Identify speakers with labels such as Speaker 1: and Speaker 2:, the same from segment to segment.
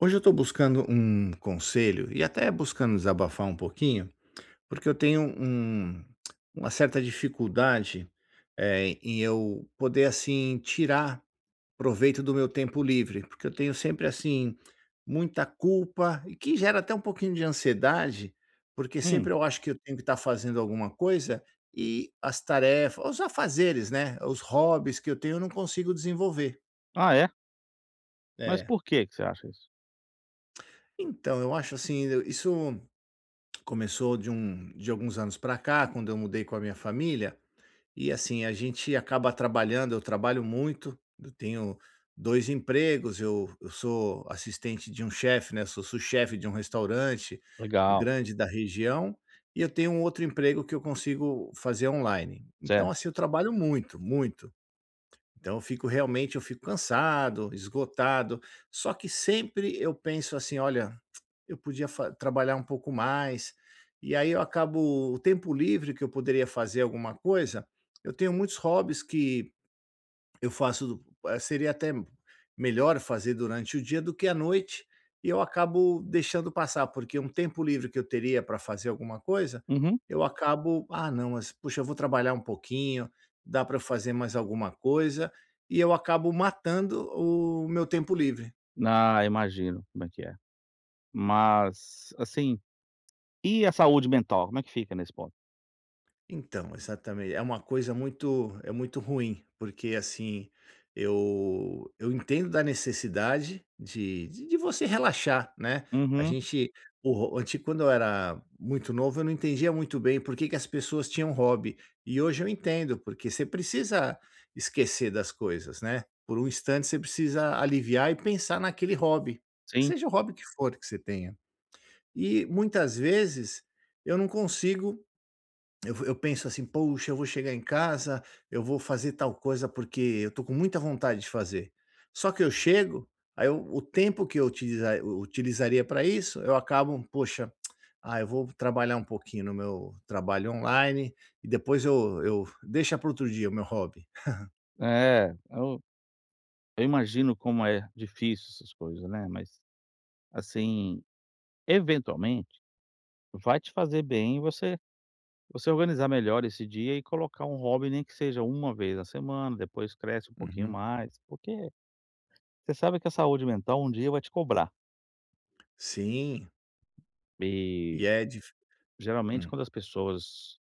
Speaker 1: Hoje eu estou buscando um conselho e até buscando desabafar um pouquinho, porque eu tenho uma certa dificuldade em eu poder assim tirar proveito do meu tempo livre, porque eu tenho sempre assim muita culpa e que gera até um pouquinho de ansiedade, porque
Speaker 2: Hum.
Speaker 1: sempre eu acho que eu tenho que estar fazendo alguma coisa e as tarefas, os afazeres, né, os hobbies que eu tenho eu não consigo desenvolver.
Speaker 2: Ah, é? Mas
Speaker 1: É.
Speaker 2: por que que você acha isso?
Speaker 1: Então eu acho assim, isso começou de alguns anos para cá, quando eu mudei com a minha família, e assim, a gente acaba trabalhando, eu trabalho muito, eu tenho 2 empregos, eu sou assistente de um chefe, né, sou sous-chefe de um restaurante
Speaker 2: Legal,
Speaker 1: grande da região, e eu tenho um outro emprego que eu consigo fazer online. Então,
Speaker 2: certo.
Speaker 1: assim, eu trabalho muito, muito. Então eu fico realmente eu fico cansado, esgotado, só que sempre eu penso assim: "Olha, eu podia fa trabalhar um pouco mais. E aí eu acabo o tempo livre que eu poderia fazer alguma coisa, eu tenho muitos hobbies que eu faço do eh, seria até melhor fazer durante o dia do que à noite, e eu acabo deixando passar, porque um tempo livre que eu teria para fazer alguma coisa,
Speaker 2: Uhum.
Speaker 1: eu acabo: "Ah, não, mas puxa, eu vou trabalhar um pouquinho, dá para fazer mais alguma coisa", e eu acabo matando o meu tempo livre.
Speaker 2: Ah, imagino como é que é. Mas, assim, e a saúde mental, como é que fica nesse ponto?
Speaker 1: Então, exatamente. É uma coisa muito ruim, porque assim, eu entendo da necessidade de você relaxar, né. A
Speaker 2: Uhum,
Speaker 1: gente o ro anti Quando eu era muito novo, eu não entendia muito bem por que que as pessoas tinham hobby. E hoje eu entendo, porque você precisa esquecer das coisas, né. Por um instante você precisa aliviar e pensar naquele hobby,
Speaker 2: sim.
Speaker 1: seja o hobby que for que você tenha. E muitas vezes eu não consigo, eu penso assim: "Poxa, eu vou chegar em casa, eu vou fazer tal coisa, porque eu tô com muita vontade de fazer". Só que eu chego, aí eu o tempo que eu utilizaria para isso, eu acabo: "Poxa, ah, eu vou trabalhar um pouquinho no meu trabalho online e depois eu deixa para outro dia o meu hobby".
Speaker 2: É, eu eu imagino como é difícil essas coisas, né, mas, assim, eventualmente vai te fazer bem você organizar melhor esse dia e colocar um hobby, nem que seja uma vez na semana, depois cresce um pouquinho
Speaker 1: Uhum.
Speaker 2: mais, porque você sabe que a saúde mental um dia vai te cobrar.
Speaker 1: Sim, e
Speaker 2: E
Speaker 1: é dif
Speaker 2: geralmente,
Speaker 1: hum.
Speaker 2: quando as pessoas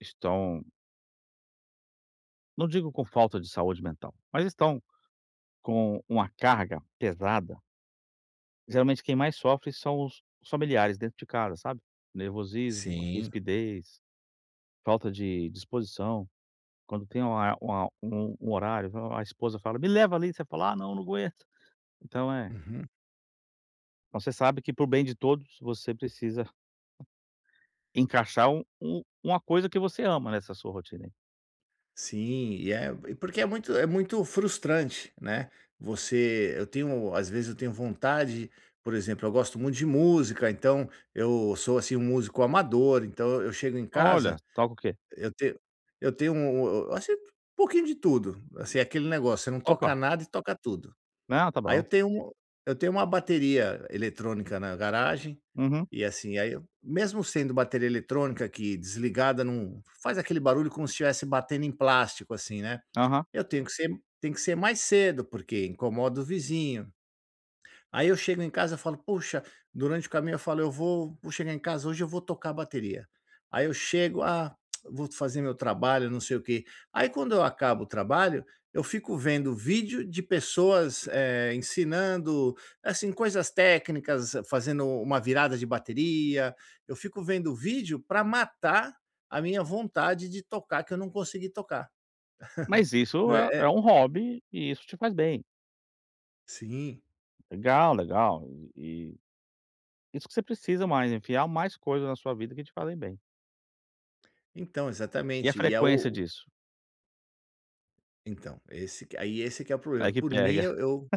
Speaker 2: estão, não digo com falta de saúde mental, mas estão com uma carga pesada, geralmente quem mais sofre são os familiares dentro de casa, sabe? Nervosismo,
Speaker 1: Sim.
Speaker 2: rispidez, falta de disposição. Quando tem uma um um horário, a esposa fala: "Me leva ali", você fala: "Ah, não, não aguento". Então é
Speaker 1: Uhum.
Speaker 2: então você sabe que para bem de todos, você precisa encaixar um uma coisa que você ama nessa sua rotina aí.
Speaker 1: Sim, e porque é muito frustrante, né, você eu tenho às vezes eu tenho vontade, por exemplo, eu gosto muito de música, então eu sou, assim, um músico amador, então eu chego em
Speaker 2: "Olha,
Speaker 1: casa,
Speaker 2: toca o quê?".
Speaker 1: eu tenho eu tenho um assim, um pouquinho de tudo, assim, é aquele negócio, você não
Speaker 2: "Opa,
Speaker 1: toca nada e toca tudo.
Speaker 2: não, tá
Speaker 1: Aí eu
Speaker 2: bom".
Speaker 1: tenho um eu tenho uma bateria eletrônica na garagem,
Speaker 2: "Uhum,
Speaker 1: e assim, aí eu mesmo sendo bateria eletrônica que desligada não faz aquele barulho como se estivesse batendo em plástico, assim, né.
Speaker 2: aham".
Speaker 1: Eu tenho que ser tem que ser mais cedo, porque incomoda o vizinho. Aí eu chego em casa, e falo: "Puxa", durante o caminho eu falo: "Eu vou chegar em casa hoje, eu vou tocar a bateria". Aí eu chego: "Ah, vou fazer meu trabalho, não sei o quê". Aí quando eu acabo o trabalho, eu fico vendo vídeo de pessoas, ensinando, assim, coisas técnicas, fazendo uma virada de bateria. Eu fico vendo vídeo para matar a minha vontade de tocar, que eu não consegui tocar.
Speaker 2: Mas isso é
Speaker 1: É, é,
Speaker 2: é um hobby e isso te faz bem.
Speaker 1: sim.
Speaker 2: Legal, legal. E e isso que você precisa mais, enfiar mais coisas na sua vida que te fazem bem.
Speaker 1: Então,
Speaker 2: E a
Speaker 1: exatamente. E é
Speaker 2: frequência
Speaker 1: o
Speaker 2: disso?
Speaker 1: então, esse que aí esse que é o
Speaker 2: É
Speaker 1: problema.
Speaker 2: que
Speaker 1: Por mim,
Speaker 2: pega.
Speaker 1: eu eu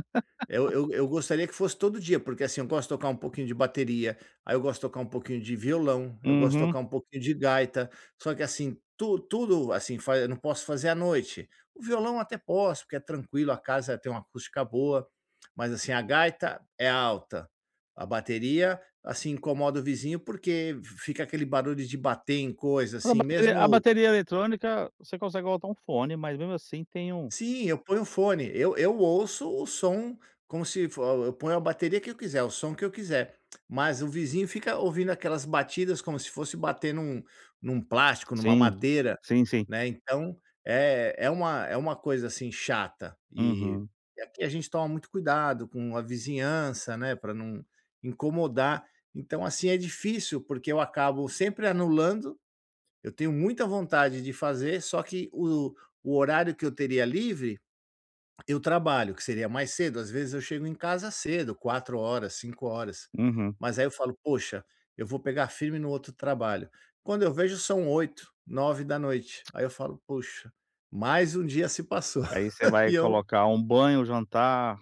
Speaker 1: eu eu eu gostaria que fosse todo dia, porque, assim, eu gosto de tocar um pouquinho de bateria, aí eu gosto de tocar um pouquinho de violão, eu gosto de
Speaker 2: Uhum.
Speaker 1: tocar um pouquinho de gaita, só que, assim, tu tudo, assim, fa eu não posso fazer à noite. O violão até posso, porque é tranquilo, a casa tem uma acústica boa, mas, assim, a gaita é alta, a bateria, assim, incomoda o vizinho, porque fica aquele barulho de bater em coisa,
Speaker 2: Mas A
Speaker 1: assim,
Speaker 2: bateria a
Speaker 1: mesmo.
Speaker 2: bateria eletrônica, você consegue botar um fone, mas mesmo assim tem um
Speaker 1: Sim, eu ponho o fone, eu ouço o som como se fo eu ponho a bateria que eu quiser, o som que eu quiser, mas o vizinho fica ouvindo aquelas batidas como se fosse bater num plástico, numa
Speaker 2: sim,
Speaker 1: madeira,
Speaker 2: sim, sim.
Speaker 1: né, então, é uma coisa, assim, chata. E
Speaker 2: Uhum,
Speaker 1: aqui a gente toma muito cuidado com a vizinhança, né, para não incomodar, então, assim, é difícil, porque eu acabo sempre anulando, eu tenho muita vontade de fazer, só que o horário que eu teria livre eu trabalho, que seria mais cedo, às vezes eu chego em casa cedo, 4 horas, 5 horas.
Speaker 2: uhum.
Speaker 1: Mas aí eu falo: "Poxa, eu vou pegar firme no outro trabalho". Quando eu vejo são 8, 9 da noite. Aí eu falo: "Poxa, mais um dia se passou".
Speaker 2: Aí você vai
Speaker 1: E eu
Speaker 2: colocar um banho, jantar,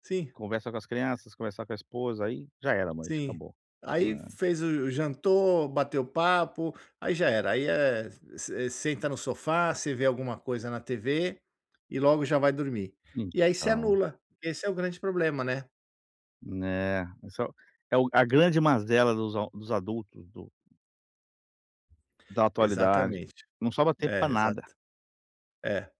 Speaker 1: sim,
Speaker 2: conversa com as crianças, conversar com a esposa, aí já era a noite,
Speaker 1: sim.
Speaker 2: acabou.
Speaker 1: Aí
Speaker 2: É,
Speaker 1: fez o jantou, bateu papo, aí já era, aí é se senta no sofá, você vê alguma coisa na TV e logo já vai dormir. E aí se
Speaker 2: então.
Speaker 1: anula, esse é o grande problema, né.
Speaker 2: Né, essa é o a grande mazela dos adultos do da atualidade,
Speaker 1: Exatamente.
Speaker 2: não sobra tempo pra
Speaker 1: É,
Speaker 2: nada,
Speaker 1: exatamente. É,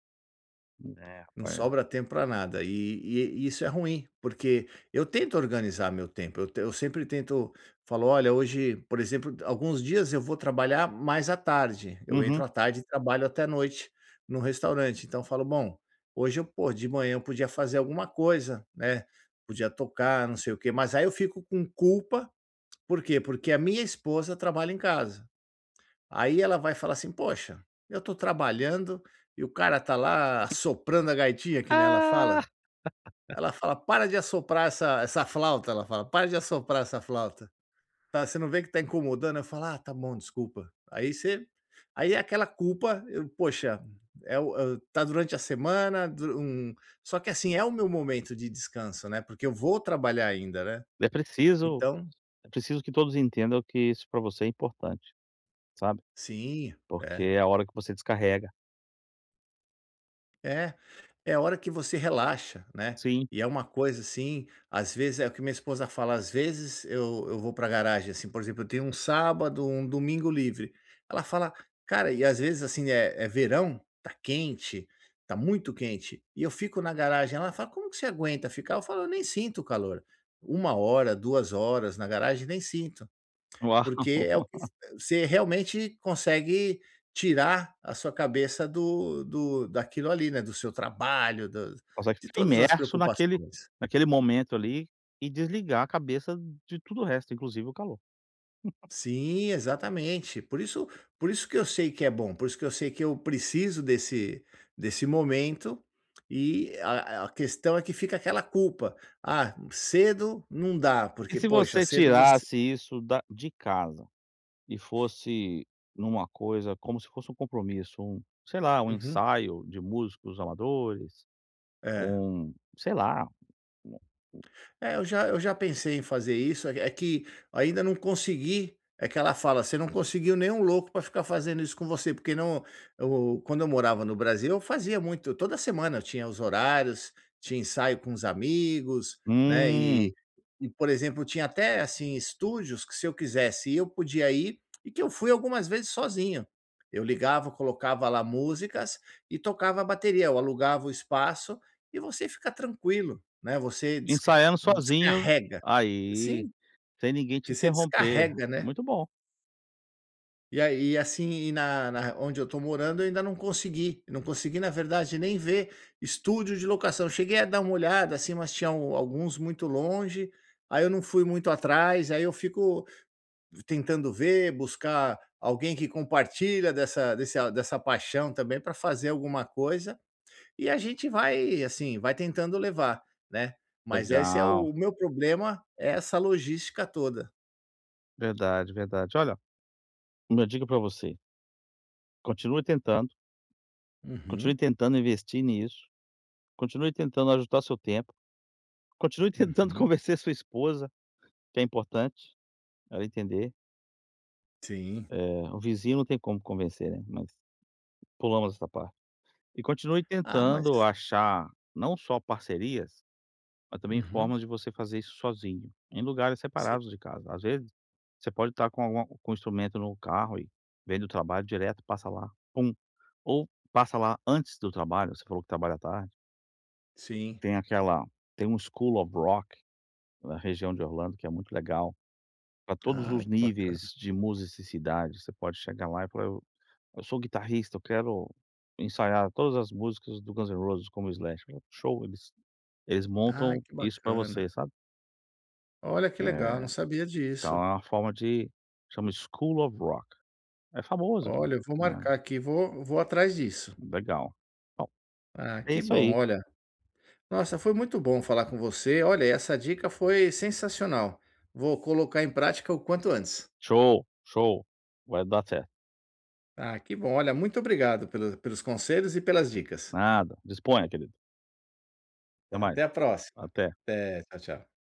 Speaker 2: né,
Speaker 1: não
Speaker 2: rapaz.
Speaker 1: sobra tempo para nada. E isso é ruim, porque eu tento organizar meu tempo, eu sempre tento falo: "Olha, hoje", por exemplo, alguns dias eu vou trabalhar mais à tarde, eu
Speaker 2: Uhum.
Speaker 1: entro à tarde e trabalho até à noite no restaurante, então eu falo: "Bom, hoje eu pô, de manhã eu podia fazer alguma coisa, né, podia tocar, não sei o quê", mas aí eu fico com culpa, por quê? Porque a minha esposa trabalha em casa. Aí ela vai falar assim: "Poxa, eu tô trabalhando e o cara tá lá assoprando a gaitinha", que nem ela fala.
Speaker 2: Ah,
Speaker 1: Ela fala: "Para de assoprar essa flauta", ela fala: "Para de assoprar essa flauta. Tá, você não vê que tá incomodando?" Eu falo: "Ah, tá bom, desculpa". Aí você aí é aquela culpa, eu poxa, é o tá durante a semana, du um só que assim, é o meu momento de descanso, né, porque eu vou trabalhar ainda, né.
Speaker 2: é preciso
Speaker 1: Então
Speaker 2: é preciso que todos entendam que isso pra você é importante, sabe,
Speaker 1: sim,
Speaker 2: porque
Speaker 1: é.
Speaker 2: é a hora que você descarrega.
Speaker 1: É. É a hora que você relaxa, né.
Speaker 2: Sim,
Speaker 1: E é uma coisa, assim, às vezes é o que minha esposa fala, às vezes eu vou pra garagem, assim, por exemplo, eu tenho um sábado, um domingo livre. Ela fala: "Cara" e às vezes, assim, é é verão, tá quente, tá muito quente, e eu fico na garagem. Ela fala: "Como que você aguenta ficar?" Eu falo: "Eu nem sinto o calor". Uma hora, 2 horas na garagem, nem sinto.
Speaker 2: uau.
Speaker 1: Porque é o que você realmente consegue tirar a sua cabeça do daquilo ali, né, do seu trabalho, do
Speaker 2: Consegue
Speaker 1: de
Speaker 2: ficar
Speaker 1: todas as
Speaker 2: imerso naquele
Speaker 1: preocupações.
Speaker 2: naquele momento ali e desligar a cabeça de tudo o resto, inclusive o calor.
Speaker 1: Sim, exatamente. Por isso que eu sei que é bom, por isso que eu sei que eu preciso desse momento, e a questão é que fica aquela culpa: "Ah, cedo não dá,
Speaker 2: E
Speaker 1: porque
Speaker 2: se
Speaker 1: poxa,
Speaker 2: você
Speaker 1: cedo você".
Speaker 2: tirasse isso da de casa? E fosse numa coisa como se fosse um compromisso, um sei lá, um
Speaker 1: Uhum.
Speaker 2: ensaio de músicos amadores,
Speaker 1: É.
Speaker 2: um sei lá, um
Speaker 1: É, eu já pensei em fazer isso, é que ainda não consegui, é que ela fala: "Você não conseguiu nenhum louco para ficar fazendo isso com você", porque não, eu quando eu morava no Brasil, eu fazia muito, toda semana eu tinha os horários, tinha ensaio com os amigos, né, e
Speaker 2: um
Speaker 1: e, por exemplo, tinha até, assim, estúdios que se eu quisesse ir, eu podia ir e que eu fui algumas vezes sozinho. Eu ligava, colocava lá músicas e tocava a bateria, eu alugava o espaço e você fica tranquilo, né, você
Speaker 2: ensaiando sozinho,
Speaker 1: descarrega.
Speaker 2: aí,
Speaker 1: Sim,
Speaker 2: sem ninguém te
Speaker 1: que você
Speaker 2: interromper.
Speaker 1: descarrega, né.
Speaker 2: Muito bom.
Speaker 1: E aí assim, e na na onde eu tô morando eu ainda não consegui, não consegui na verdade nem ver estúdio de locação. Cheguei a dar uma olhada, assim, mas tinham alguns muito longe, aí eu não fui muito atrás, aí eu fico tentando ver, buscar alguém que compartilha dessa paixão também pra fazer alguma coisa, e a gente vai, assim, vai tentando levar, né. Mas esse é
Speaker 2: Legal,
Speaker 1: o meu problema, é essa logística toda.
Speaker 2: verdade, verdade. Olha, uma dica para você, continue tentando, continue
Speaker 1: Uhum,
Speaker 2: tentando investir nisso, continue tentando ajustar seu tempo, continue tentando
Speaker 1: uhum,
Speaker 2: convencer sua esposa, que é importante ela entender.
Speaker 1: sim.
Speaker 2: O vizinho não tem como convencer, né, mas pulamos essa parte. E continue
Speaker 1: Ah, mas
Speaker 2: tentando achar não só parcerias, mas também
Speaker 1: uhum,
Speaker 2: formas de você fazer isso sozinho, em lugares
Speaker 1: sim,
Speaker 2: separados de casa. Às vezes, você pode estar com alguma com um instrumento no carro e vem do trabalho direto, passa lá, pum, ou passa lá antes do trabalho, você falou que trabalha à tarde,
Speaker 1: sim.
Speaker 2: tem aquela tem um School of Rock na região de Orlando que é muito legal, para todos
Speaker 1: Ah,
Speaker 2: os
Speaker 1: que bacana.
Speaker 2: níveis de musicidade, você pode chegar lá e falar: Eu sou guitarrista, eu quero ensaiar todas as músicas do Guns N' Roses como Slash. Eu, show, eles
Speaker 1: Ai,
Speaker 2: montam
Speaker 1: que
Speaker 2: isso pra
Speaker 1: bacana.
Speaker 2: você, sabe.
Speaker 1: Olha, que legal, não
Speaker 2: É,
Speaker 1: sabia
Speaker 2: então
Speaker 1: disso.
Speaker 2: é uma forma de chama School of Rock. É famoso aqui,
Speaker 1: Olha, eu vou
Speaker 2: né,
Speaker 1: marcar aqui, vou atrás disso.
Speaker 2: legal. Bom,
Speaker 1: Ah,
Speaker 2: é
Speaker 1: que
Speaker 2: isso
Speaker 1: bom,
Speaker 2: aí.
Speaker 1: olha. Nossa, foi muito bom falar com você. Olha, essa dica foi sensacional. Vou colocar em prática o quanto antes.
Speaker 2: Show, show. Vai dar certo.
Speaker 1: Ah, que bom. Olha, muito obrigado pelos conselhos e pelas dicas.
Speaker 2: Nada, disponha querido. Até
Speaker 1: Tá,
Speaker 2: mais.
Speaker 1: até a próxima.
Speaker 2: Até.
Speaker 1: Até, tchau, tchau.